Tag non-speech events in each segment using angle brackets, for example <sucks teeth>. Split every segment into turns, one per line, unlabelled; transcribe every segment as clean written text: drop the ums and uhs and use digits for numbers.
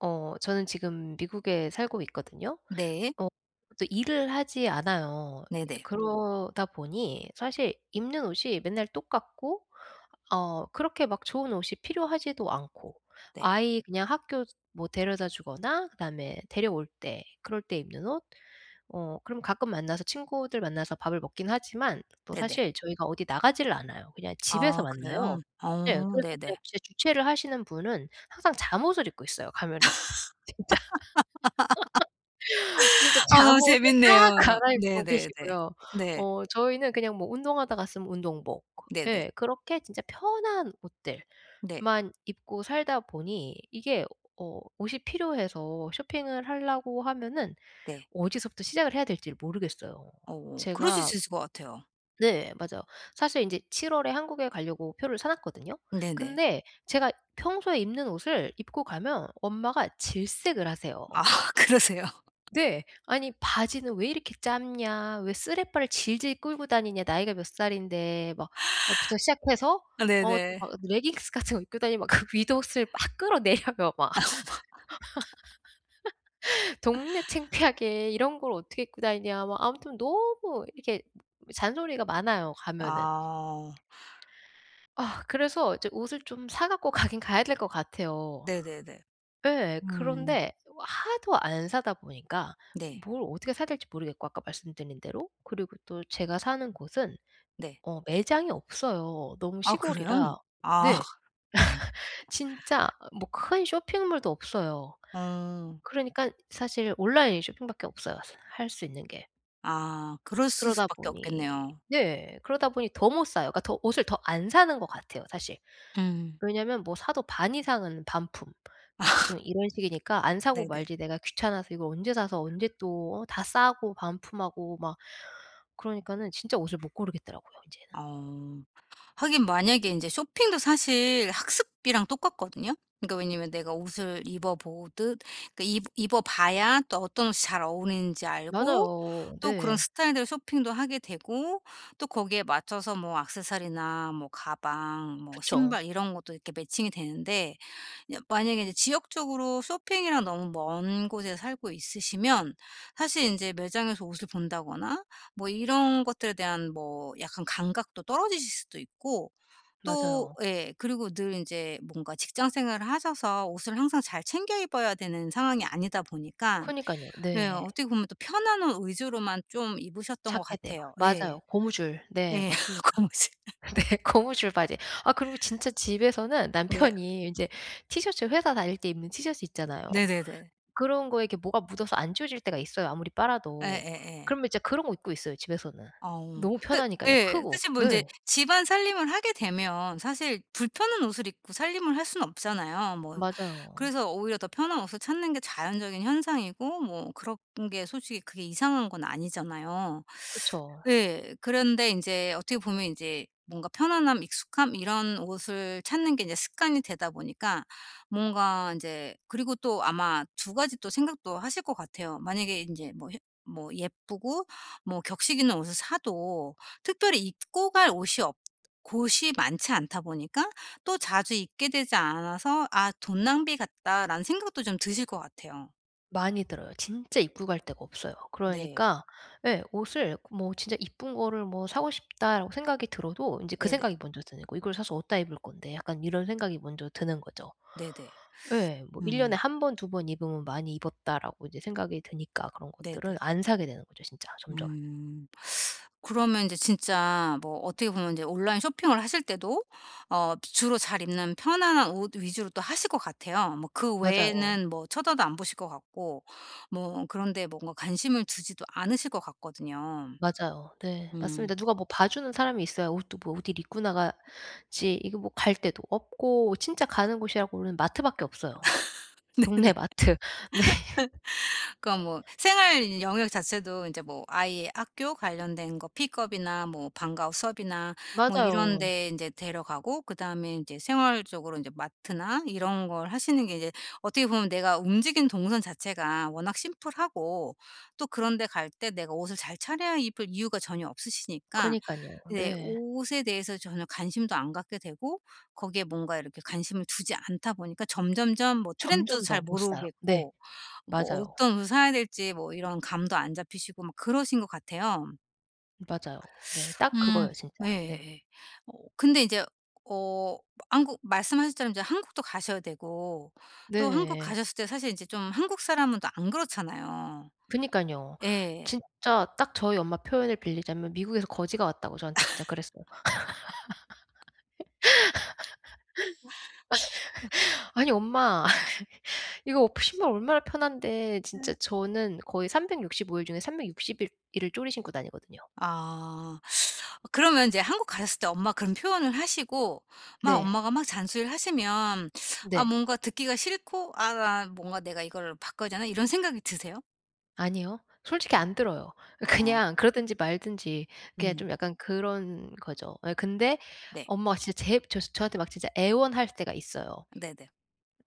저는 지금 미국에 살고 있거든요.
네.
어 또 일을 하지 않아요.
네네.
그러다 보니 사실 입는 옷이 맨날 똑같고 그렇게 막 좋은 옷이 필요하지도 않고
네.
아이 그냥 학교 뭐 데려다 주거나 그다음에 데려올 때 그럴 때 입는 옷 그럼 가끔 만나서 친구들 만나서 밥을 먹긴 하지만 또
네네.
사실 저희가 어디 나가지를 않아요. 그냥 집에서
아, 그래요?
만나요. 네.
어
그래서
네네.
그냥 진짜 주최를 하시는 분은 항상 잠옷을 입고 있어요 가면은. 진짜 <laughs> 진짜
아, 너무
잠옷을 싹
재밌네요.
갈아입고
네네네.
계시고요.
네.
저희는 그냥 뭐 운동하다 갔으면 운동복
네네.
예 그렇게 진짜 편한
네.
옷들만 입고 살다 보니 이게 옷이 필요해서 쇼핑을 하려고 하면은
네.
어디서부터 시작을 해야 될지를 모르겠어요.
그러실
제가
수 있을 것 같아요.
네 맞아요. 사실 인제 7 월에 한국에 가려고 표를 사 놨거든요.
네네.
근데 제가 평소에 입는 옷을 입고 가면 엄마가 질색을 하세요.
아, <laughs> 그러세요?
네. 아니 "바지는 왜 이렇게 짧냐? 왜 쓰레빠를 질질 끌고 다니냐? 나이가 몇 살인데." 막 아 부터 시작해서
아,
또
네네.
막 레깅스 같은 거 입고 다니면 막 그 윗옷을 막 끌어내려요 막. <laughs> "동네 창피하게 이런 걸 어떻게 입고 다니냐?" 막 아무튼 너무 이렇게 잔소리가 많아요 가면은.
아,
아 그래서 이제 옷을 좀 사 갖고 가긴 가야 될 것 같아요.
네네네.
예.
음.
그런데 하도 안 사다 보니까
네.
뭘 어떻게 사야 될지 모르겠고 아까 말씀드린 대로 그리고 또 제가 사는 곳은
네.
매장이 없어요. 너무
아, 그래요?
시골이라.
아
네.
<laughs> 네.
진짜 뭐 큰 쇼핑몰도 없어요.
어.
그러니까 사실 온라인 쇼핑밖에 없어요 할 수 있는 게.
아, 그랬을
그러다
수밖에
보니
없겠네요.
네. 그러다 보니 더 못 사요. 그러니까 더 옷을 더 안 사는 것 같아요 사실.
음.
왜냐면 뭐 사도 반 이상은 반품.
<laughs> 아,
보통 이런 식이니까 안 사고
네네.
말지 내가 귀찮아서 이걸 언제 사서 언제 또 다 싸고 반품하고 막 그러니까는 진짜 옷을 못 고르겠더라고요 이제는.
어. 하긴 만약에 이제 쇼핑도 사실 학습비랑 똑같거든요. 그러니까 왜냐면 내가 옷을 입어 보듯 그 입 입어 봐야 또 어떤 옷이 잘 어울리는지 알고,
맞아요.
또 그런
네.
스타일대로 쇼핑도 하게 되고, 또 거기에 맞춰서 뭐 액세서리나 뭐 가방, 뭐
그쵸.
신발, 이런 것도 이렇게 매칭이 되는데, 이 만약에 이제 지역적으로 쇼핑이랑 너무 먼 곳에 살고 있으시면, 사실 이제 매장에서 옷을 본다거나 뭐 이런 것들에 대한 뭐 약간 감각도 떨어지실 수도 있고, 또
맞아요.
예, 그리고 늘 인제 뭔가 직장 생활을 하셔서 옷을 항상 잘 챙겨 입어야 되는 상황이 아니다 보니까
그니깐요.
예,
네.
어떻게 보면 또 편한 옷 위주로만 좀 입으셨던 것
찾게 돼요.
같아요. 예.
맞아요. 고무줄. 네
예.
맞습니다.
<laughs> 고무신.
<laughs> 네 고무줄 바지. 아 그리고 진짜 집에서는
네.
남편이 인제 티셔츠 회사 다닐 때 입는 티셔츠 있잖아요.
네네네.
그런 거에 이렇게 뭐가 묻어서 안 지워질 때가 있어요 아무리 빨아도.
예예예.
그러면 진짜 그런 거 입고 있어요 집에서는.
어.
너무
그
편하니깐요.
예.
크고.
사실 뭐 인제
예.
집안 살림을 하게 되면 사실 불편한 옷을 입고 살림을 할 수는 없잖아요. 뭐
맞아요.
그래서 오히려 더 편한 옷을 찾는 게 자연적인 현상이고, 뭐 그런 게 솔직히 그게 이상한 건 아니잖아요.
그쵸.
예. 그런데 인제 어떻게 보면 인제 뭔가 편안함, 익숙함, 이런 옷을 찾는 게 인제 습관이 되다 보니까, 뭔가 인제, 그리고 또 아마 두 가지 또 생각도 하실 것 같아요. 만약에 인제 뭐 혀, 뭐 예쁘고 뭐 격식 있는 옷을 사도 특별히 입고 갈 옷이 없, 곳이 많지 않다 보니까 또 자주 입게 되지 않아서 '아, 돈 낭비 같다.'라는 생각도 좀 드실 것 같아요.
많이 들어요. 진짜 입고 갈 데가 없어요.
네.
그러니까 예 옷을 뭐 진짜 '이쁜 거를 뭐 사고 싶다.'라고 생각이 들어도 인제 그
네네.
생각이 먼저 드는 거예요. '이걸 사서 어디다 입을 건데.' 약간 이런 생각이 먼저 드는 거죠.
네네.
예. 뭐 1
음.
년에 한 번 두 번 입으면 '많이 입었다.'라고 이제 생각이 드니까 그런
네네.
것들은 안 사게 되는 거죠 진짜 점점.
음. 그러면 이제 진짜 뭐 어떻게 보면 이제 온라인 쇼핑을 하실 때도 주로 잘 입는 편안한 옷 위주로 또 하실 것 같아요. 뭐 그
맞아요.
외에는 뭐 쳐다도 안 보실 것 같고, 뭐 그런 데 뭔가 관심을 두지도 않으실 것 같거든요.
맞아요. 네.
음.
맞습니다. 누가 뭐 봐주는 사람이 있어야 옷도 뭐 어딜 입고 나가지 이거 뭐 갈 데도 없고 진짜 가는 곳이라고는 마트밖에 없어요.
<laughs> 네네.
동네 마트. <laughs> 네.
그러니까 뭐 생활 영역 자체도 이제 뭐 아이의 학교 관련된 거 픽업이나 뭐 방과후 수업이나 뭐 이런
맞아요.
데 인제 데려가고, 그다음에 인제 생활적으로 인제 마트나 이런 걸 하시는 게, 이제 어떻게 보면 내가 움직이는 동선 자체가 워낙 심플하고, 또 그런 데 갈 때 내가 옷을 잘 차려야 입을 이유가 전혀 없으시니까
그니깐요.
네
네.
옷에 대해서 전혀 관심도 안 갖게 되고, 거기에 뭔가 이렇게 관심을 두지 않다 보니까 점점점 뭐 트렌드도
점점
잘
더 못 살아. 네.
모르겠고, 뭐
맞아요.
어떤 옷을 사야 될지 뭐 이런 감도 안 잡히시고 막 그러신 것 같아요.
맞아요. 네. 딱
음.
그거예요 진짜.
네.
네.
예. 근데 인제 어 한국 말씀하셨처럼 이제 한국도 가셔야 되고, 또 한국
네.
가셨을 때 사실 인제 좀 한국 사람은 또 안 그렇잖아요.
그니깐요.
예.
진짜 딱 저희 엄마 표현을 빌리자면 미국에서 거지가 왔다고 저한테 진짜 그랬어요. "아니 엄마 <laughs> 이거 신발 얼마나 편한데." 진짜 저는 거의 365일 중에 360일 일을 쪼리 신고 다니거든요.
아. 그러면 인제 한국 가셨을 때 엄마 그런 표현을 하시고 막
네.
엄마가 막 잔소리를 하시면, 아
네.
뭔가 듣기가 싫고 '아, 뭔가 내가 이걸 바꿔야 되나?' 이런 생각이 드세요?
아니요.
어.
솔직히 안 들어요. <laughs>
어.
그냥 그러든지 말든지 그냥
음.
좀 약간 그런 거죠. 예 근데
네.
엄마가 진짜 제 저 저한테 막 진짜 애원할 때가 있어요.
네네.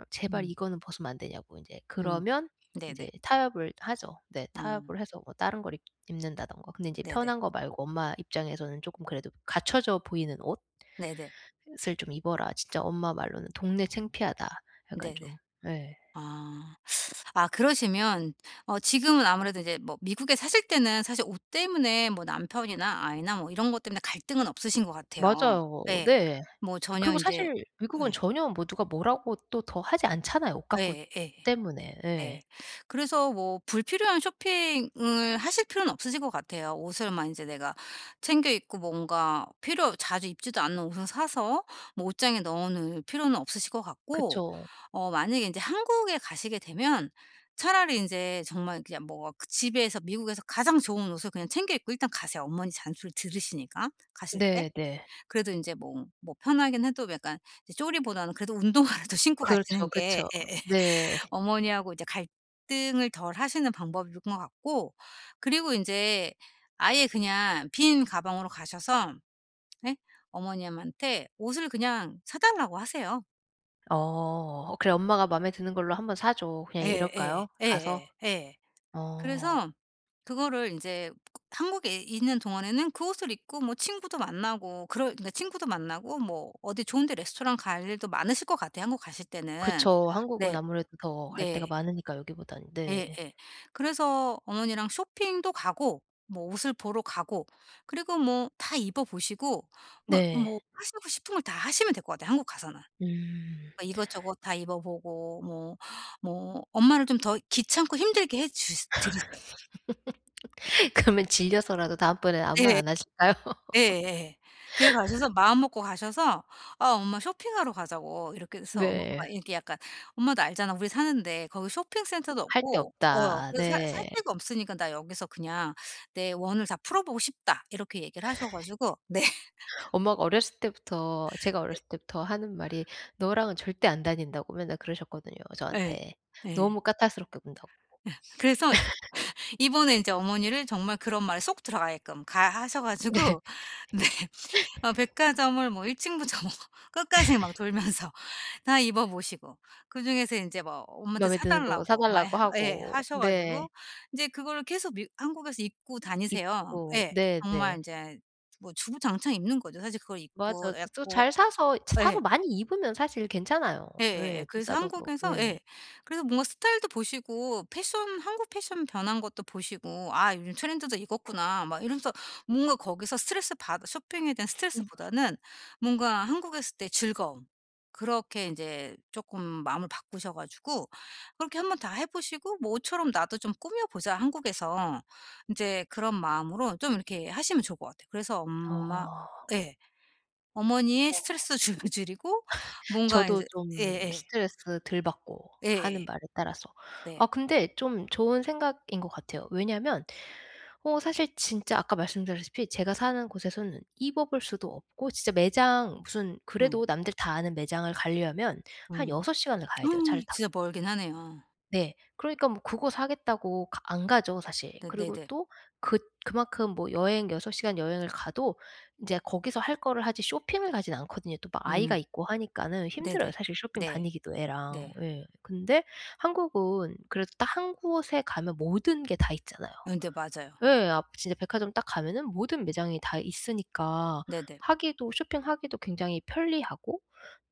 "제발
음.
이거는 벗으면 안 되냐."고 인제.
음.
그러면
네네.
인제 타협을 하죠. 네.
어
타협을 해서 뭐 다른 걸 입 입는다든가. 근데 인제
네네.
편한 거 말고 엄마 입장에서는 쪼끔 그래도 갖춰져 보이는
네네.
옷을 좀 입어라. 진짜 엄마 말로는 "동네 창피하다." 약간
네네.
좀 예.
아. 아, 그러시면 지금은 아무래도 이제 뭐 미국에 사실 때는 사실 옷 때문에 뭐 남편이나 아이나 뭐 이런 것 때문에 갈등은 없으신 것 같아요.
맞아요.
예.
네.
뭐 전혀
그리고
이제,
사실 미국은 전혀 뭐 누가 뭐라고 또 더 하지 않잖아요, 옷 가구
예예예.
때문에.
네.
예.
그래서 뭐 불필요한 쇼핑을 하실 필요는 없으실 것 같아요. 옷을 만 인제 내가 챙겨 입고 뭔가 필요 자주 입지도 않는 옷을 사서 뭐 옷장에 넣어 놓을 필요는 없으실 것 같고,
그쵸.
만약에 인제 한국에 가시게 되면 차라리 인제 정말 그냥 뭐 그 집에서 미국에서 가장 좋은 옷을 그냥 챙겨 입고 일단 가세요. 어머니 잔소리를 들으시니까 가실 때.
네네.
그래도 인제 뭐 뭐 편하긴 해도 약간 이제 쪼리보다는 그래도 운동화라도 <laughs> 신고
그렇죠,
가시는 게
그쵸.
예예.
네.
어머니하고 이제 갈등을 덜 하시는 방법인 것 같고, 그리고 이제 아예 그냥 빈 가방으로 가셔서 예 어머님한테 옷을 그냥 사 달라고 하세요.
어. 그래 엄마가 마음에 드는 걸로 한번 사줘. 그냥
예예. 예예.
이럴까요? 가서?
예. 예. 예.
어.
그래서 그거를 이제 한국에 있는 동안에는 그 옷을 입고 뭐 친구도 만나고 그럴 그러니까 친구도 만나고 뭐 어디 좋은 데 레스토랑 갈 일도 많으실 것 같아요, 한국 가실 때는.
그쵸. 한국은
네.
아무래도 더 갈 데가
네.
많으니까 여기보단. 네.
예예. 그래서 어머니랑 쇼핑도 가고 뭐 옷을 보러 가고 그리고 뭐 다 입어 보시고 뭐
네.
뭐 하시고 싶은 걸 다 하시면 될 것 같아요, 한국 가서는.
음.
그러니까 이것저것 다 입어 보고 뭐 뭐 엄마를 좀 더 귀찮고 힘들게 해주 드리세요.
<laughs> 그러면 질려서라도 다음번엔 아무 말
네.
안 하실까요? <laughs>
예예. 그래 가셔서 마음 먹고 가셔서 "아, 엄마 쇼핑하러 가자고." 이렇게 해서 엄
네.
마 이렇게 약간 "엄마도 알잖아. 우리 사는데 거기 쇼핑센터도
"할 데
없고", 어
없다."
"그래서 살
네.
데가 없으니까 나 여기서 그냥 내 원을 다 풀어보고 싶다." 이렇게 얘기를 하셔 가지고 <laughs> 네.
엄마가 어렸을 때부터 제가 어렸을 때부터 하는 말이 "너랑은 절대 안 다닌다."고 맨날 그러셨거든요
예.
저한테.
예.
너무 까탈스럽게 군다고.
그래서 이번에 인제 어머니를 정말 그런 말에 쏙 들어가게끔 가 하셔 가지고 <laughs> 네 백화점을 뭐 일 층부터 뭐 <laughs> 끝까지 막 돌면서 다 입어 보시고, 그중에서 인제 뭐 엄마한테
마음에
사
드는 거 사
달라고 막
달라고
<laughs> 예
하고
하셔
네.
가지고 인제 그거를 계속 미 한국에서 입고 다니세요.
입고
예. 정말
네네.
인제 뭐 주구장창 입는 거죠. 사실 그걸 입고
맞아. 또 잘
<unintelligible>
사서
예.
많이 입으면 사실 괜찮아요.
예,
예.
그래서
비싸도 그렇고
한국에서 예.
예.
그래서 뭔가 스타일도 보시고 패션, 한국 패션 변한 것도 보시고 '아, 요즘 트렌드도 이거구나.' 막 이러면서 뭔가 거기서 스트레스 받아, 쇼핑에 대한 스트레스보다는 뭔가 한국에 있을 때 즐거움, 그렇게 인제 쪼끔 마음을 바꾸셔 가지고 그렇게 한번 다 해 보시고 뭐 '옷처럼 나도 좀 꾸며 보자 한국에서.' 인제 그런 마음으로 좀 이렇게 하시면 좋을 것 같아요. 그래서 엄마
어.
예. 어머니의 스트레스 <laughs> 줄 줄이고, 뭔가
저도
인제,
좀
예예.
스트레스 덜 받고
예.
하는 말에 따라서.
네.
아 근데 좀 좋은 생각인 것 같아요. 왜냐면 사실 진짜 아까 말씀드렸다시피 제가 사는 곳에서는 입어볼 수도 없고 진짜 매장 무슨
음.
그래도 남들 다 아는 매장을 가려면 한
음.
6 시간을 가야 돼요 차를
<sucks teeth>
타고.
진짜 멀긴 하네요.
네. 그러니까 뭐 그거 사겠다고 가 안 가죠 사실.
네
그리고
네네.
또 그 그만큼 뭐 여행 6시간 여행을 가도 이제 거기서 할 거를 하지 쇼핑을 가진 않거든요. 또 막
음.
아이가 있고 하니까는
네네.
힘들어요 사실 쇼핑
네.
다니기도
네.
애랑.
네.
예. 근데 한국은 그래도 딱 한 곳에 가면 모든 게 다 있잖아요.
아, 근데 맞아요.
예. 앞 진짜 백화점 딱 가면은 모든 매장이 다 있으니까
네 네.
하기도 쇼핑하기도 굉장히 편리하고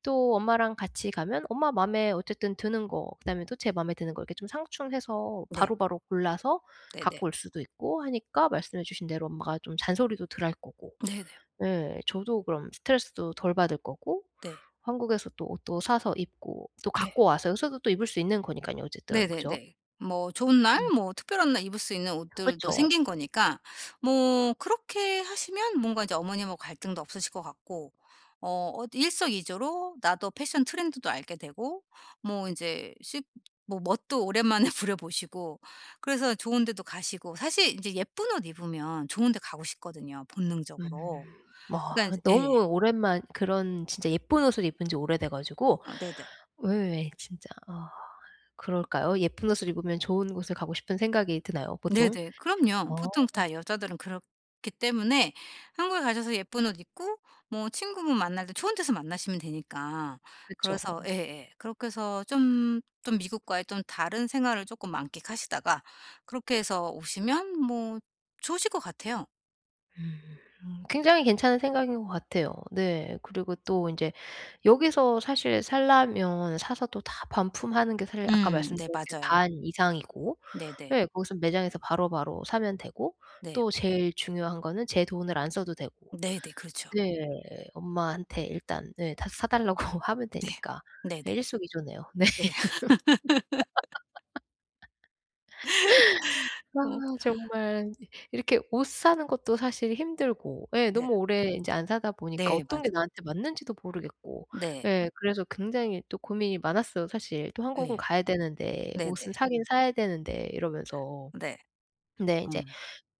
또 엄마랑 같이 가면 엄마 마음에 어쨌든 드는 거 그다음에 또 제 마음에 드는 거 이렇게 좀 상충해서
네.
바로바로 골라서
네 네.
갖고 올 수도 있고 하니까 말씀해 주신 대로 엄마가 좀 잔소리도 덜 할 거고
네 네.
예 저도 그럼 스트레스도 덜 받을
네. 네.
거고
네. 네.
한국에서 또 옷도 사서 입고 또
네.
갖고 와서 여기서도 또 입을 수 있는 거니깐요 어쨌든. 그죠?
네네네. 뭐 좋은 날
음.
뭐 특별한 날 입을 수 있는 옷들도
그쵸.
생긴 거니까 뭐 그렇게 하시면 뭔가 이제 어머님하고 갈등도 없으실 것 같고, 일석이조로 나도 패션 트렌드도 알게 되고, 뭐 이제 씹, 뭐 멋도 오랜만에 <laughs> 부려보시고 그래서 좋은 데도 가시고, 사실 이제 예쁜 옷 입으면 좋은 데 가고 싶거든요, 본능적으로.
음. 뭐
그러니까 제 예.
너무 오랜만 그런 진짜 예쁜 옷을 입은 지 오래돼 가지고
어 네네.
왜 진짜 아 그럴까요? 예쁜 옷을 입으면 좋은 곳을 가고 싶은 생각이 드나요, 보통?
네네. 그럼요.
어
보통 다 여자들은 그렇기 때문에 한국에 가셔서 예쁜 옷 입고 뭐 친구분 만날 때 좋은 데서 만나시면 되니까.
그쵸.
그래서
죠
예예. 그렇게 해서 좀 좀 미국과의 좀 다른 생활을 조금 만끽하시다가 그렇게 해서 오시면 뭐 좋으실 것 같아요.
굉장히 괜찮은 생각인 것 같아요. 네. 그리고 또 인제 여기서 사실 살려면 사서 또 다 반품하는 게 사실 아까
네
말씀드렸듯이
맞아요.
반 이상이고
네네.
예 거기서 매장에서 바로바로 사면 되고
네.
또 제일 중요한 거는 제 돈을 안 써도 되고
네네. 그렇죠.
네. 엄마한테 일단 네 다 사 달라고 <laughs> 하면
네.
되니까. 예
네네.
일석이조네요. 네.
네. <laughs>
아
어
정말 이 이렇게 옷 사는 것도 사실 힘들고 예
네.
너무 오래 인제 안 사다 보니까
네 맞아요.
어떤 게 나한테 맞는지도 모르겠고
네.
예 그래서 굉장히 또 고민이 많았어요 사실. 또 한국은
네.
가야 되는데 옷은
네네.
사긴 사야 되는데 이러면서.
네.
근데 인제
음.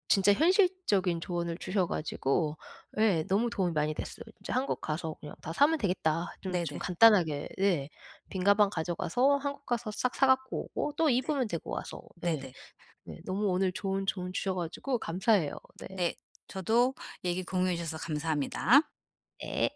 진짜 현실적인 조언을 주셔 가지고 예 너무 도움이 많이 됐어요. 진짜 '한국 가서 그냥 다 사면 되겠다.' 좀 좀
네네.
간단하게 네. 빈 가방 가져가서 한국 가서 싹 사 갖고 오고 또
네.
입으면 되고 와서 예.
네네.
네 너무 오늘 좋은 조언 주셔 가지고 감사해요. 네.
네. 저도 얘기 공유해 주셔서 감사합니다.
네.